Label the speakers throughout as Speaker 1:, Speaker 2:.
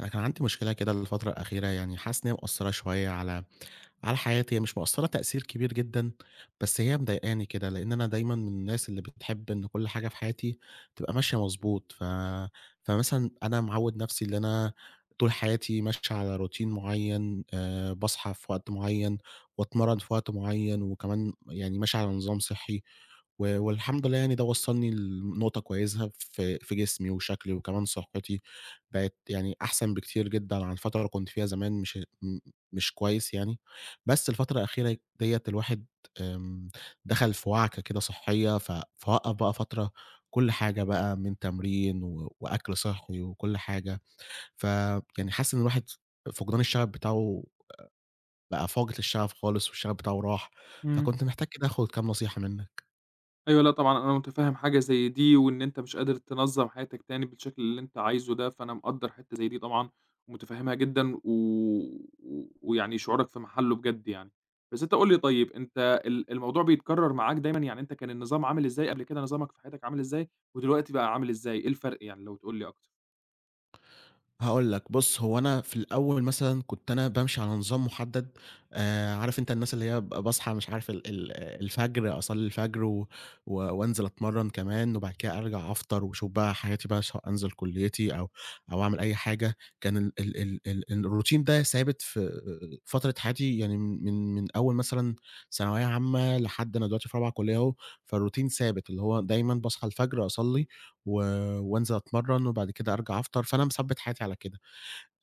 Speaker 1: أنا كان عندي مشكلة كده الفترة الأخيرة، يعني حاسس إن هي مأثّرة شوية على حياتي، هي مش مأثّرة تأثير كبير جدًا، بس هي مضايقاني كده، لإن أنا دايمًا من الناس اللي بتحب إن كل حاجة في حياتي تبقى ماشية مضبوط، فمثلًا أنا معوّد نَفْسي إن أنا طول حياتي ماشي على routine معيّن. باصحى في وقت معيّن وأتمرّن في وقت معيّن، وكمان يعني ماشي على نظام صحّي، والحمد لله يعني ده وصّلني لنقطة كويسة في جسمي وشكلي وكمان صحّتي. بقت يعني أحسن بكتير جدًا عن فترة كنت فيها زمان مش كويس يعني، بس الفترة الأخيرة ديّة الواحد آمم، دخل في وعكة كده صحية، فوقّف بقى فترة كل حاجة بقى من تمرين وأكل صحّي وكل حاجة. ف يعني حاسس إن الواحد فقدان الشغف بتاعه، بقى فاقد للشغف خالص والشغف بتاعه راح،
Speaker 2: إمم.
Speaker 1: فكنت محتاج كده آخد كام نصيحة منّك.
Speaker 2: أيوه، لأ طبعًا أنا مُتفهِّم حاجة زي دي، وإن أنت مش قادر تنظّم حياتك تاني بالشكل اللي أنت عايزه ده، فأنا مقدّر حتّة زي دي طبعًا ومُتفهِّمها جدًا و و ويعني شعورك في محله بجد يعني. بس أنت قُل لي طيب، أنت الموضوع بيتكرّر معاك دايمًا؟ يعني أنت كان النظام عامل إزاي قبل كده، نظامك في حياتك عامل إزاي، ودلوقتي بقى عامل إزاي؟ إيه الفرق يعني لو تقول لي أكتر؟
Speaker 1: هاقول لك، بُص هو أنا في الأول مثلًا كنت أنا بامشي على نظام محدد. عارف أنت الناس اللي هي باصحى مش عارف ال ال الفجر، أصلّي الفجر و و وأنزل أتمرّن كمان، وبعد كده أرجع أفطر وأشوف بقى حياتي بقى سواء أنزل كليتي أو أو أعمل أي حاجة. كان ال ال ال ال الroutine ده ثابت في فترة حياتي يعني من أول مثلًا ثانوية عامة لحد أنا دلوقتي في رابعة كلية أهو. فالroutine ثابت اللي هو دايمًا باصحى الفجر أصلّي و وأنزل أتمرّن وبعد كده أرجع أفطر، فأنا مثبّت حياتي على كده.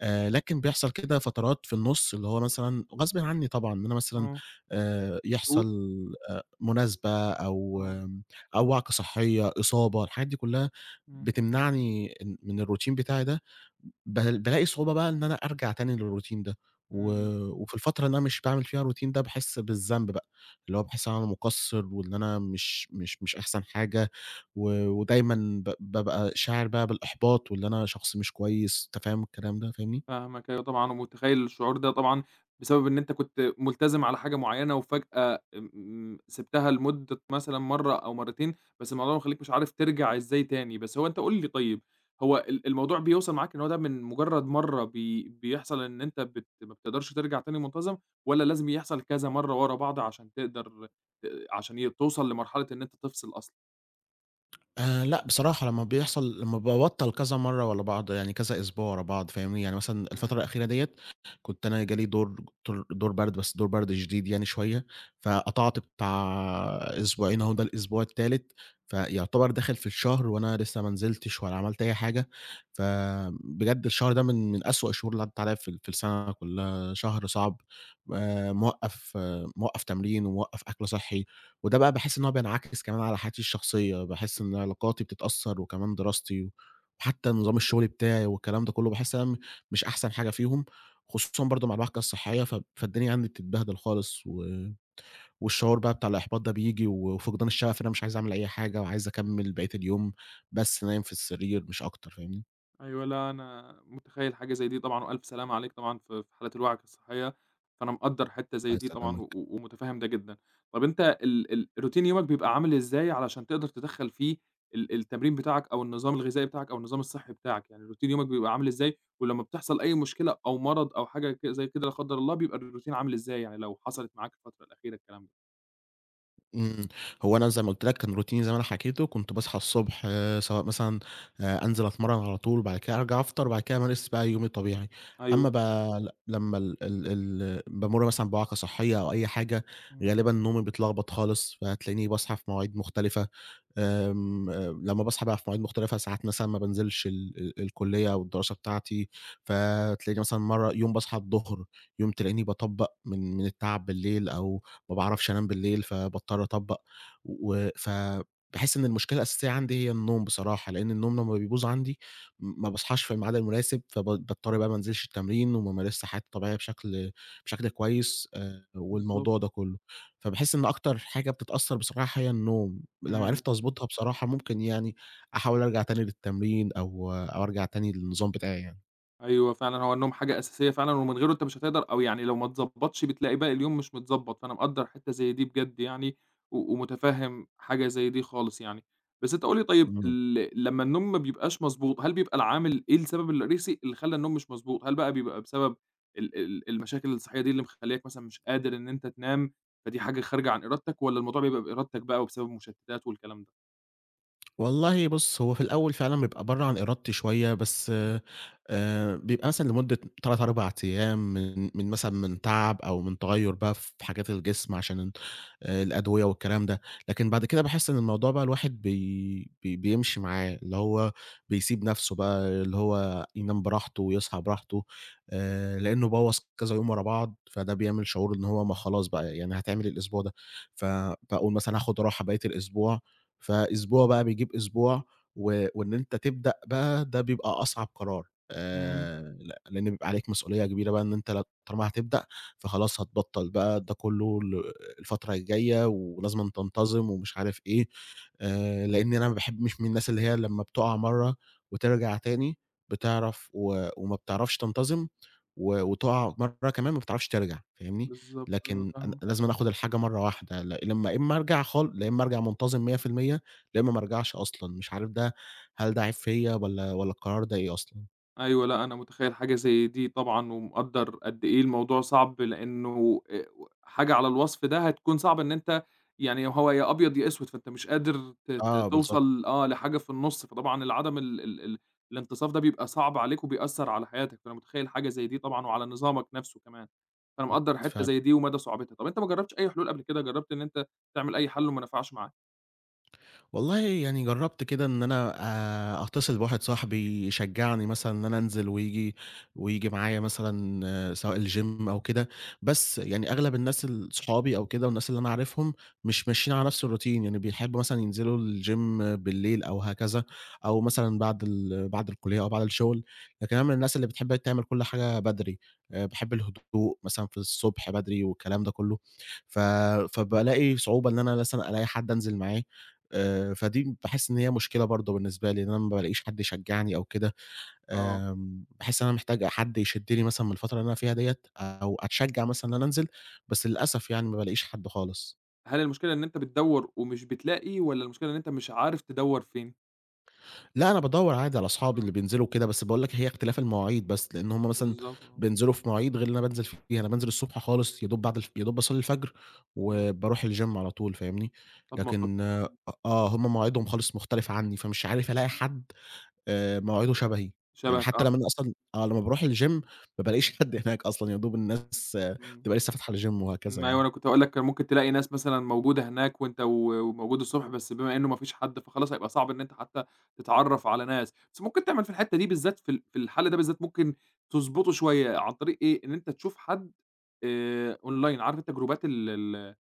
Speaker 1: لكن بيحصل كده فترات في النُص اللي هو مثلًا غصبٍ عني طبعًا، إن أنا مثلًا
Speaker 2: آه.
Speaker 1: يحصل
Speaker 2: بتقول؟
Speaker 1: مناسبة أو
Speaker 2: آه.
Speaker 1: أو وعكة صحّية، إصابة، الحاجات دي كُلّها
Speaker 2: إمم.
Speaker 1: بتمنعني إن من الروتين بتاعي ده، بالاقي صعوبة بقى إن أنا أرجع تاني للروتين ده، و
Speaker 2: إمم،
Speaker 1: وفي الفترة اللي أنا مش باعمل فيها الروتين ده باحس بالذنب بقى، اللي هو باحس إن أنا مُقصّر وإن أنا مش أحسن حاجة، ودايمًا بابقى شاعر بقى بالإحباط وإن أنا شخص مش كويس. أنت فاهم الكلام ده، فاهمني؟
Speaker 2: فاهمك أيوه طبعًا، ومتخيّل الشعور ده طبعًا بسبب إن أنت كنت ملتزم على حاجة معيّنة وفجأة سِبتها لمدة مثلًا مرّة أو مرّتين، بس الموضوع مخلّيك مش عارف ترجع إزاي تاني، بس هو أنت قُل لي طيب، هو الموضوع بيوصل معاك إن هو ده من مجرّد مرّة بيحصل إن أنت ما بتقدرش ترجع تاني منتظم، والّا لازم يحصل كذا مرّة ورا بعض عشان تقدر عشان توصل لمرحلة إن أنت تفصل أصلًا؟
Speaker 1: لأ، بصراحة لمّا بيحصل لمّا بابطّل كذا مرّة ورا بعض، يعني كذا أسبوع ورا بعض فاهمني، يعني مثلًا الفترة
Speaker 2: إمم.
Speaker 1: الأخيرة ديّة كنت أنا جالي دور دور برد، بس دور برد شديد يعني شوية، فقطعت بتاع أسبوعين أهو ده الأسبوع التالت، فيعتبر داخل في الشهر وأنا لسه ما نزلتش ولا عملت أي حاجة، فبجد الشهر ده من أسوأ الشهور اللي عدّت عليّا في السنة كلّها، شهر صعب. موقّف آه، موقّف تمرين وموقّف أكل صحّي. وده بقى باحس إن هو بينعكس كمان على حياتي الشخصية، باحس إن علاقاتي بتتأثّر وكمان دراستي، وحتى نظام الشغل بتاعي والكلام ده كلّه باحس إن أنا م مش أحسن حاجة فيهم، خصوصًا برضه مع الوعكة الصحية، فالدنيا عندي بتتبهدل خالص، والشعور بقى بتاع الإحباط ده بييجي، وفقدان الشغف إن أنا مش عايز أعمل أي حاجة وعايز أكمّل بقية اليوم بس نايم في السرير مش أكتر، فاهمني؟
Speaker 2: أيوه، لأ، أنا متخيّل حاجة زي دي طبعًا وألف سلامة عليك طبعًا في حالة الوعكة الصحية، فأنا مقدّر حتّة زي دي
Speaker 1: بس
Speaker 2: طبعًا
Speaker 1: أنام.
Speaker 2: ومُتفهِّم ده جدًا. طَب أنت ال ال روتين يومك بيبقى عامل إزاي علشان تقدر تدخّل فيه التمرين بتاعك أو النظام الغذائي بتاعك أو النظام الصحّي بتاعك؟ يعني روتين يومك بيبقى عامل إزاي ولمّا بتحصل أي مشكلة أو مرض أو حاجة زي كده لا قدّر الله، بيبقى الروتين عامل إزاي يعني لو حصلت معاك الفترة الأخيرة الكلام ده؟
Speaker 1: إمم. هو أنا زي ما قُلت لك كان روتيني زي ما أنا حكيته، كنت باصحى الصبح آه، سواء مثلًا أنزل أتمرّن على طول، بعد كده أرجع أفطر، بعد كده أمارس بقى يومي الطبيعي.
Speaker 2: أيوه.
Speaker 1: أمّا ب لمّا ال ال ال بامُر مثلًا بوعكة صحية أو أي حاجة،
Speaker 2: إمم،
Speaker 1: غالبًا نومي بيتلخبط خالص، فهتلاقيني باصحى في مواعيد مختلفة. آمم، لمّا باصحى بقى في مواعيد مختلفة، ساعات مثلًا ما بانزلش ال ال الكلية أو الدراسة بتاعتي، فتلاقيني مثلًا مرّة يوم باصحى الضهر، يوم تلاقيني باطبّق من التعب بالليل أو ما باعرفش أنام بالليل، فباضطر أطبّق. و فباحس إن المشكلة الأساسية عندي هي النوم بصراحة، لإن النوم لمّا بيبوظ عندي ما باصحاش في الميعاد المناسب، فب باضطر بقى ما انزلش التمرين وما امارسش حياتي الطبيعية بشكل كويس.
Speaker 2: بالضبط.
Speaker 1: والموضوع ده كلّه، فباحس إن أكتر حاجة بتتأثّر بصراحة هي النوم. لو
Speaker 2: إمم.
Speaker 1: عرفت أضبطها بصراحة ممكن يعني أحاول أرجع تاني للتمرين أو أرجع تاني للنظام بتاعي يعني.
Speaker 2: أيوه فعلًا، هو النوم حاجة أساسية فعلًا ومن غيره أنت مش هتقدر أو يعني لو ما اتضبّطش بتلاقي باقي اليوم مش متضبّط، فأنا مقدّر حتّة زي دي بجد يعني و ومُتفهِّم حاجة زي دي خالص يعني. بس أنت قُل لي طيب
Speaker 1: إمم.
Speaker 2: لمّا النوم ما بيبقاش مضبوط، هل بيبقى العامل إيه السبب الرئيسي اللي خلّى النوم مش مضبوط؟ هل بقى بيبقى بسبب ال ال المشاكل الصحّية دي اللي مخلّياك مثلًا مش قادر إن أنت تنام، فدي حاجة خارجة عن إرادتك والّا الموضوع بيبقى بإرادتك بقى وبسبب مشتّتات والكلام ده؟
Speaker 1: والله بُص، هو في الأول فعلًا بيبقى برّه عن إرادتي شوية، بس بيبقى مثلًا لمدة 3، 4 أيام من مثلًا من تعب أو من تغيُّر بقى في حاجات الجسم عشان الأدوية والكلام ده، لكن بعد كده باحس إن الموضوع بقى الواحد بي بي بيمشي معاه، اللي هو بيسيب نَفْسه بقى اللي هو ينام براحته ويصحى براحته، لإنه بوّظ كذا يوم ورا بعض، فده بيعمل شعور إن هو ما خلاص بقى يعني هتعمل إيه الأسبوع ده؟ فباقول مثلًا هاخُد راحة بقية الأسبوع، فأسبوع بقى بيجيب أسبوع، وإن أنت تبدأ بقى ده بيبقى أصعب قرار.
Speaker 2: إمم،
Speaker 1: ل لإن بيبقى عليك مسؤولية كبيرة بقى إن أنت طالما هتبدأ فخلاص هتبطّل بقى ده كلّه الفترة الجاية ولازمًا تنتظم ومش عارف إيه. لإني أنا ما باحبش من الناس اللي هي لمّا بتقع مرّة وترجع تاني بتعرف وما بتعرفش تنتظم وتقع مرّة كمان ما بتعرفش ترجع، فاهمني؟
Speaker 2: بالضبط، أيوه
Speaker 1: لكن
Speaker 2: فاهمك.
Speaker 1: لازمًا آخُد الحاجة مرّة واحدة، لمّا يا إمّا أرجع خال، يا إمّا أرجع منتظم 100%، يا إمّا ما أرجعش أصلًا، مش عارف ده، هل ده عيب فيّا والّا القرار ده إيه أصلًا؟
Speaker 2: أيوه، لأ، أنا متخيّل حاجة زي دي طبعًا، ومقدّر قد إيه الموضوع صعب، لإنه حاجة على الوصف ده هتكون صعبة إن أنت يعني هو يا أبيض يا أسود، فأنت مش قادر ت ت
Speaker 1: آه بالضبط،
Speaker 2: توصل آه، لحاجة في النُص، فطبعًا العدم ال ال ال الانتصاف ده بيبقى صعب عليك وبيأثّر على حياتك، فأنا متخيّل حاجة زي دي طبعًا وعلى نظامك نَفْسه كمان، فأنا مقدّر حتّة
Speaker 1: فعلًا.
Speaker 2: زي دي ومدى صعوبتها. طَب أنت ما جرّبتش أي حلول قبل كده، جرّبت إن أنت تعمل أي حَل وما نفعش معاك؟
Speaker 1: والله يعني جرّبت كده إن أنا أتصل بواحد صاحبي يشجّعني مثلًا إن أنا أنزل وييجي معايا مثلًا آه، سواء الgym أو كده، بس يعني أغلب الناس صحابي أو كده والناس اللي أنا عارفهم مش ماشيين على نفس الroutine، يعني بيحبّوا مثلًا ينزلوا الgym بالليل أو هكذا، أو مثلًا بعد الكلية أو بعد الشغل، لكن أنا من الناس اللي بتحب تعمل كل حاجة بدري. باحب الهدوء مثلًا في الصبح بدري والكلام ده كلّه. ف فبالاقي صعوبة إن أنا مثلًا ألاقي حد أنزل معاه. فدي باحس إن هي مشكلة برضه بالنسبة لي، إن أنا ما بالاقيش حد يشجّعني أو كده.
Speaker 2: آه،
Speaker 1: باحس إن أنا محتاج حد يشدّني مثلًا من الفترة اللي أنا فيها ديّة، أو أتشجّع مثلًا إن أنا أنزل، بس للأسف يعني ما بالاقيش حد خالص.
Speaker 2: هل المشكلة إن أنت بتدوّر ومش بتلاقي والّا المشكلة إن أنت مش عارف تدوّر فين؟
Speaker 1: لأ، أنا بادوّر عادي على أصحابي
Speaker 2: آه.
Speaker 1: اللي بينزلوا كده، بس باقول لك هي اختلاف المواعيد بس، لإن هم مثلًا
Speaker 2: بالضبط آه،
Speaker 1: بينزلوا في مواعيد غير اللي أنا بانزل فيها، أنا بانزل الصبح خالص يا دوب بعد الف يا دوب باصلّي الفجر
Speaker 2: إمم.
Speaker 1: وباروح الgym على طول، فاهمني؟
Speaker 2: طَب ما
Speaker 1: لكن آه، هم مواعيدهم خالص مختلفة عني، فمش عارف ألاقي حد مواعيده شبهي، يعني
Speaker 2: شبهك
Speaker 1: حتى
Speaker 2: آه،
Speaker 1: لمّا أنا أصلًا آه، لمّا باروح الgym ما بالاقيش حد هناك أصلًا، يا دوب الناس
Speaker 2: إمم،
Speaker 1: بتبقى لسه فاتحة الgym وهكذا
Speaker 2: إمم، أيوه
Speaker 1: يعني.
Speaker 2: أنا كنت هاقول لك كان ممكن تلاقي ناس مثلًا موجودة هناك وأنت و وموجود الصبح، بس بما إنه ما فيش حد فخلاص هيبقى صعب إن أنت حتى تتعرّف على ناس، بس ممكن تعمل في الحتّة دي بالذات في الحل ده بالذات ممكن تضبطه شوية عن طريق إيه، إن أنت تشوف حد أونلاين، عارف أنت جروبات ال ال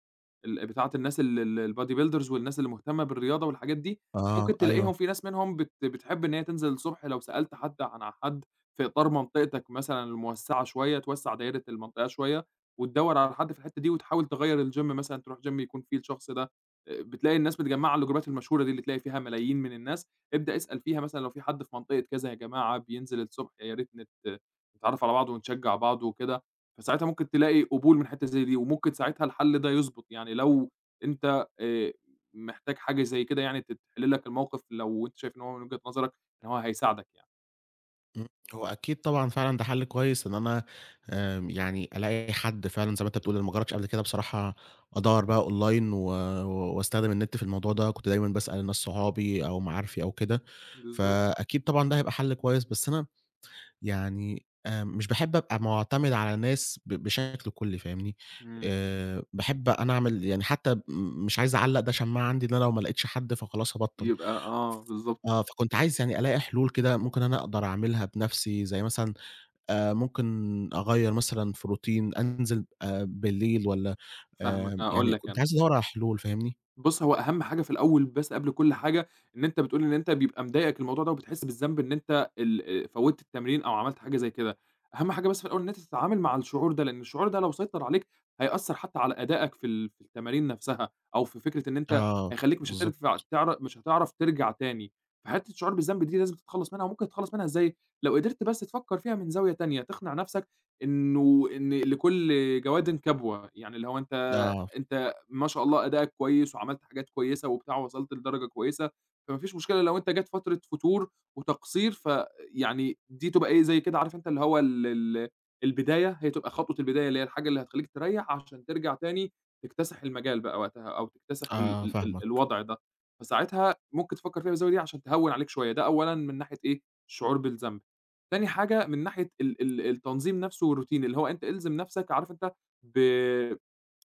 Speaker 2: ال بتاعة الناس ال ال الbody builders والناس اللي مهتمة بالرياضة والحاجات دي،
Speaker 1: آه،
Speaker 2: ممكن
Speaker 1: أيوه،
Speaker 2: تلاقيهم في ناس منهم بتحب إن هي تنزل الصبح لو سألت حد عن حد في إطار منطقتك مثلًا الموسّعة شوية، توسّع دايرة المنطقة شوية، وتدوّر على حد في الحتّة دي وتحاول تغيّر الgym مثلًا تروح gym يكون فيه الشخص ده، بتلاقي الناس متجمّعة على الجروبات المشهورة دي اللي تلاقي فيها ملايين من الناس، ابدأ اسأل فيها مثلًا لو في حد في منطقة كذا يا جماعة بينزل الصبح يا ريت نتعرّف على بعض ونشجّع بعض وكده. فساعتها ممكن تلاقي قبول من حتّة زي دي، وممكن ساعتها الحل ده يضبط، يعني لو أنت آآ محتاج حاجة زي كده يعني تتحل لك الموقف لو أنت شايف إن هو من وجهة نظرك إن هو هيساعدك يعني.
Speaker 1: إمم. هو أكيد طبعًا فعلًا ده حل كويس إن أنا يعني ألاقي حد فعلًا زي ما أنت بتقول، أنا ما جربتش قبل كده بصراحة أدوّر بقى online واستخدم النت في الموضوع ده، كنت دايمًا باسأل الناس صحابي أو معارفي أو كده،
Speaker 2: بالضبط،
Speaker 1: فأكيد طبعًا ده هيبقى حل كويس، بس أنا يعني مش باحب أبقى مُعتمد على ناس بشكل كُلّي فاهمني.
Speaker 2: إمم،
Speaker 1: باحب أنا أعمل يعني حتى مش عايز أعلّق ده شماعة عندي إن أنا لو ما لقيتش حد فخلاص هابطّل.
Speaker 2: يبقى آه، بالضبط،
Speaker 1: آه، فكنت عايز يعني ألاقي حلول كده ممكن أنا أقدر أعملها بنَفْسي، زي مثلًا ممكن أغيّر مثلًا في روتين، أنزل بالليل والّا
Speaker 2: فاهمك، هاقول
Speaker 1: يعني
Speaker 2: لك
Speaker 1: كنت
Speaker 2: أنا.
Speaker 1: عايز أدوّر على حلول فاهمني؟
Speaker 2: بُص، هو أهم حاجة في الأول بس قبل كل حاجة، إن أنت بتقول إن أنت بيبقى مضايقك الموضوع ده وبتحس بالذنب إن أنت ال فوّتّ التمرين أو عملت حاجة زي كده، أهم حاجة بس في الأول إن أنت تتعامل مع الشعور ده، لإن الشعور ده لو سيطر عليك هيأثّر حتى على أدائك في التمارين نفسها، أو في فكرة إن أنت
Speaker 1: آه،
Speaker 2: هيخلّيك مش
Speaker 1: بالضبط،
Speaker 2: هترفع تعر مش هتعرف ترجع تاني، فحتّة الشعور بالذنب دي لازم تتخلّص منها، وممكن تتخلّص منها إزاي؟ لو قدرت بس تفكّر فيها من زاوية تانية، تقنع نفسك إنه إن لكل جوادٍ كبوة، يعني اللي هو أنت
Speaker 1: آه،
Speaker 2: أنت ما شاء الله أدائك كويس وعملت حاجات كويسة وبتاع ووصلت لدرجة كويسة، فما فيش مشكلة لو أنت جات فترة فتور وتقصير فيعني دي تبقى إيه، زي كده عارف أنت اللي هو ال ال البداية، هي تبقى خطوة البداية اللي هي الحاجة اللي هتخلّيك تريّح عشان ترجع تاني تكتسح المجال بقى وقتها أو تكتسح ال
Speaker 1: آه
Speaker 2: ال ال
Speaker 1: فاهمك،
Speaker 2: الوضع ده، فساعتها ممكن تفكّر فيها من الزاوية دي عشان تهوّن عليك شوية، ده أولًا من ناحية إيه، الشعور بالذنب. تاني حاجة من ناحية ال ال التنظيم نفسه والروتين، اللي هو أنت إلزم نفسك عارف أنت ب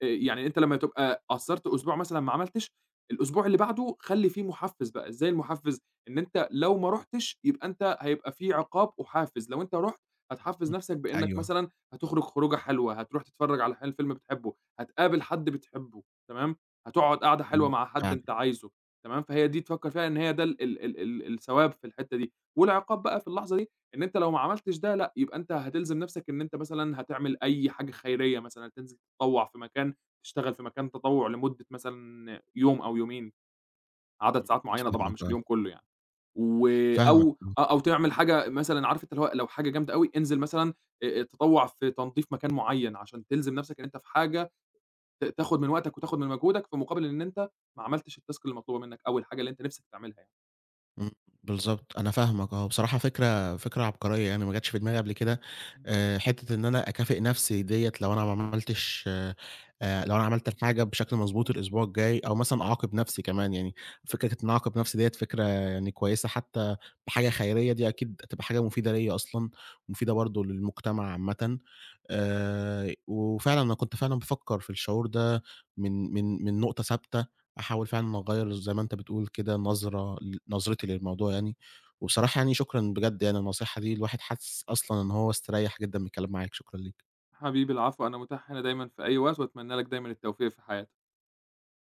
Speaker 2: يعني أنت لمّا تبقى قصّرت أسبوع مثلًا ما عملتش، الأسبوع اللي بعده خلّي فيه محفّز بقى، إزاي المحفّز؟ إن أنت لو ما رُحتش يبقى أنت هيبقى في عقاب وحافز، لو أنت رُحت هتحفّز
Speaker 1: إمم،
Speaker 2: نَفْسك بإنّك
Speaker 1: أيوه،
Speaker 2: مثلًا هتخرج خروجة حلوة، هتروح تتفرّج على فيلم بتحبه، هتقابل حد بتحبه تمام، هتقعد قعدة حلوة
Speaker 1: إمم،
Speaker 2: مع حد
Speaker 1: فعلًا،
Speaker 2: أنت عايزه تمام، فهي دي تفكّر فيها إن هي ده ال ال ال ال الثواب في الحتّة دي، والعقاب بقى في اللحظة دي إن أنت لو ما عملتش ده لأ، يبقى أنت هتلزم نَفْسك إن أنت مثلًا هتعمل أي حاجة خيرية مثلًا، هتنزل تتطوّع في مكان تشتغل في مكان تطوع لمدة مثلًا يوم أو يومين، عدد
Speaker 1: إمم،
Speaker 2: ساعات معيّنة طبعًا
Speaker 1: فاهمك
Speaker 2: مش
Speaker 1: آه،
Speaker 2: اليوم كله يعني، و
Speaker 1: فاهمك
Speaker 2: أو
Speaker 1: آه.
Speaker 2: آه، أو تعمل حاجة مثلًا عارف أنت اللي هو لو حاجة جامدة أوي، انزل مثلًا تطوع في تنضيف مكان معيّن عشان تلزم نفسك إن أنت في حاجة تاخد من وقتك وتاخد من مجهودك، في مقابل إن أنت ما عملتش الtask المطلوبة منك أو الحاجة اللي أنت نفسك تعملها يعني.
Speaker 1: إمم، بالضبط، أنا فاهمك آه، بصراحة فكرة عبقرية يعني ما جاتش في دماغي قبل كده. حتة إن أنا أكافئ نفسي ديّة لو أنا ما عملتش، لو أنا عملت الحاجة بشكل مضبوط الأسبوع الجاي، أو مثلًا أعاقب نفسي كمان يعني، فكرة إن أعاقب نفسي ديّة فكرة يعني كويسة، حتى بحاجة خيرية دي أكيد هتبقى حاجة مفيدة ليّا أصلًا، ومفيدة برضه للمجتمع عامةً. وفعلًا أنا كنت فعلًا بافكر في الشعور ده من من نقطة ثابتة، أحاول فعلًا أغيّر زي ما أنت بتقول كده نظرة ل نظرتي للموضوع يعني، وبصراحة يعني شكرًا بجد، يعني النصيحة دي الواحد حاسس أصلًا إن هو استريّح جدًا من الكلام معاك، شكرًا ليك.
Speaker 2: حبيبي العفو، أنا متاح هنا دايمًا في أي وقت، وأتمنى لك دايمًا التوفيق في حياتك.